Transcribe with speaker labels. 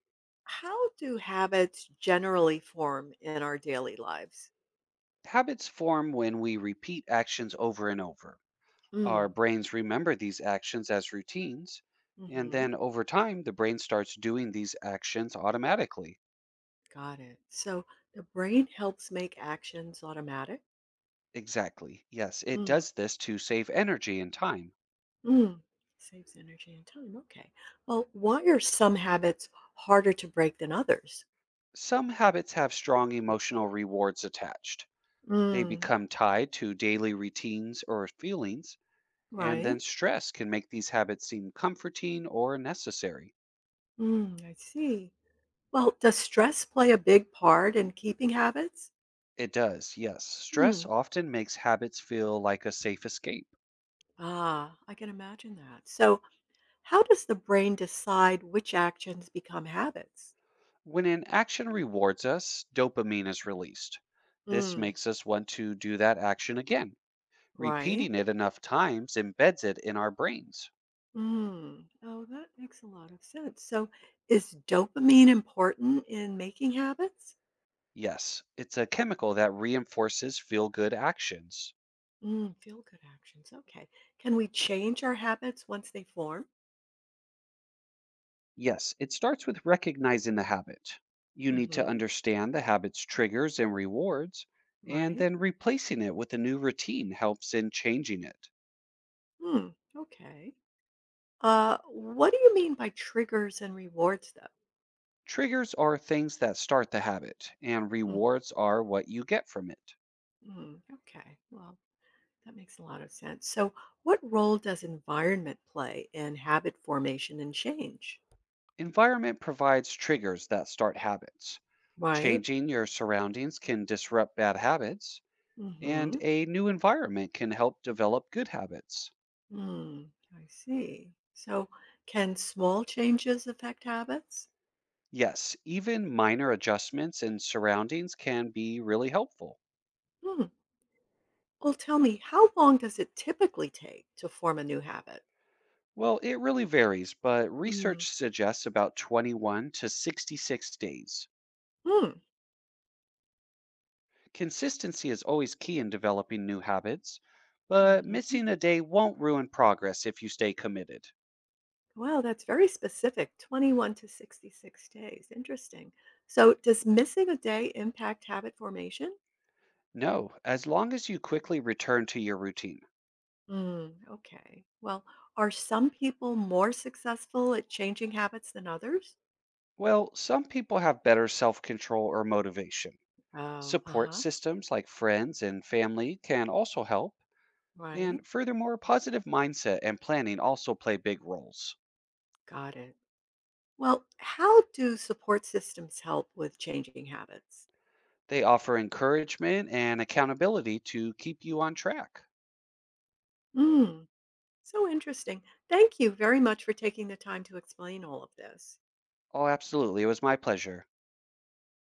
Speaker 1: How do habits generally form in our daily lives?
Speaker 2: Habits form when we repeat actions over and over. Our
Speaker 1: Mm,
Speaker 2: brains remember these actions as routines, and
Speaker 1: hmm.
Speaker 2: then over time, the brain starts doing these actions automatically.
Speaker 1: Got it. So the brain helps make actions automatic,
Speaker 2: Exactly. Yes, it
Speaker 1: mm,
Speaker 2: does this to save energy and time.
Speaker 1: mm, saves energy and time. Okay. Well, why are some habits harder to break than others?
Speaker 2: Some habits have strong emotional rewards attached. They
Speaker 1: Mm.
Speaker 2: become tied to daily routines or feelings, and
Speaker 1: Right.
Speaker 2: then stress can make these habits seem comforting or necessary.
Speaker 1: Mm, I see. Well, does stress play a big part in keeping habits?
Speaker 2: It does, yes. Stress
Speaker 1: Mm.
Speaker 2: often makes habits feel like a safe escape.
Speaker 1: Ah, I can imagine that. So, how does the brain decide which actions become habits?
Speaker 2: When an action rewards us, dopamine is released. This
Speaker 1: Mm,
Speaker 2: makes us want to do that action again.
Speaker 1: right.
Speaker 2: Repeating it enough times embeds it in our brains.
Speaker 1: Mm. Oh, that makes a lot of sense. So, is dopamine important in making habits?
Speaker 2: Yes, it's a chemical that reinforces feel good actions.
Speaker 1: Mm, feel good actions. Okay. Can we change our habits once they form?
Speaker 2: Yes, it starts with recognizing the habit. You need to
Speaker 1: Hmm.
Speaker 2: understand the habit's triggers and rewards, and
Speaker 1: Right.
Speaker 2: then replacing it with a new routine helps in changing it.
Speaker 1: Hmm. Okay. What do you mean by triggers and rewards, though?
Speaker 2: Triggers are things that start the habit, and
Speaker 1: Mm,
Speaker 2: rewards are what you get from it.
Speaker 1: mm, okay. Well, that makes a lot of sense. So, what role does environment play in habit formation and change?
Speaker 2: Environment provides triggers that start habits.
Speaker 1: Right.
Speaker 2: Changing your surroundings can disrupt bad habits, and
Speaker 1: Mm-hmm.
Speaker 2: a new environment can help develop good habits.
Speaker 1: Hmm. I see. So, can small changes affect habits?
Speaker 2: Yes, even minor adjustments in surroundings can be really helpful.
Speaker 1: Hmm. Well, tell me, how long does it typically take to form a new habit?
Speaker 2: Well, it really varies, but
Speaker 1: Mm.
Speaker 2: research suggests about 21 to 66 days.
Speaker 1: Hmm.
Speaker 2: Consistency is always key in developing new habits, but
Speaker 1: Hmm.
Speaker 2: missing a day won't ruin progress if you stay committed.
Speaker 1: Wow, that's very specific, 21 to 66 days. Interesting. So, does missing a day impact habit formation?
Speaker 2: No, as long as you quickly return to your routine.
Speaker 1: Mm, okay. Well, are some people more successful at changing habits than others?
Speaker 2: Well, some people have better self control or motivation.
Speaker 1: Oh, uh
Speaker 2: Support
Speaker 1: huh.
Speaker 2: systems like friends and family can also help. And
Speaker 1: Right.
Speaker 2: furthermore, positive mindset and planning also play big roles.
Speaker 1: Got it. Well, how do support systems help with changing habits?
Speaker 2: They offer encouragement and accountability to keep you on track.
Speaker 1: Mm, so interesting. Thank you very much for taking the time to explain all of this.
Speaker 2: Oh, absolutely. It was my pleasure.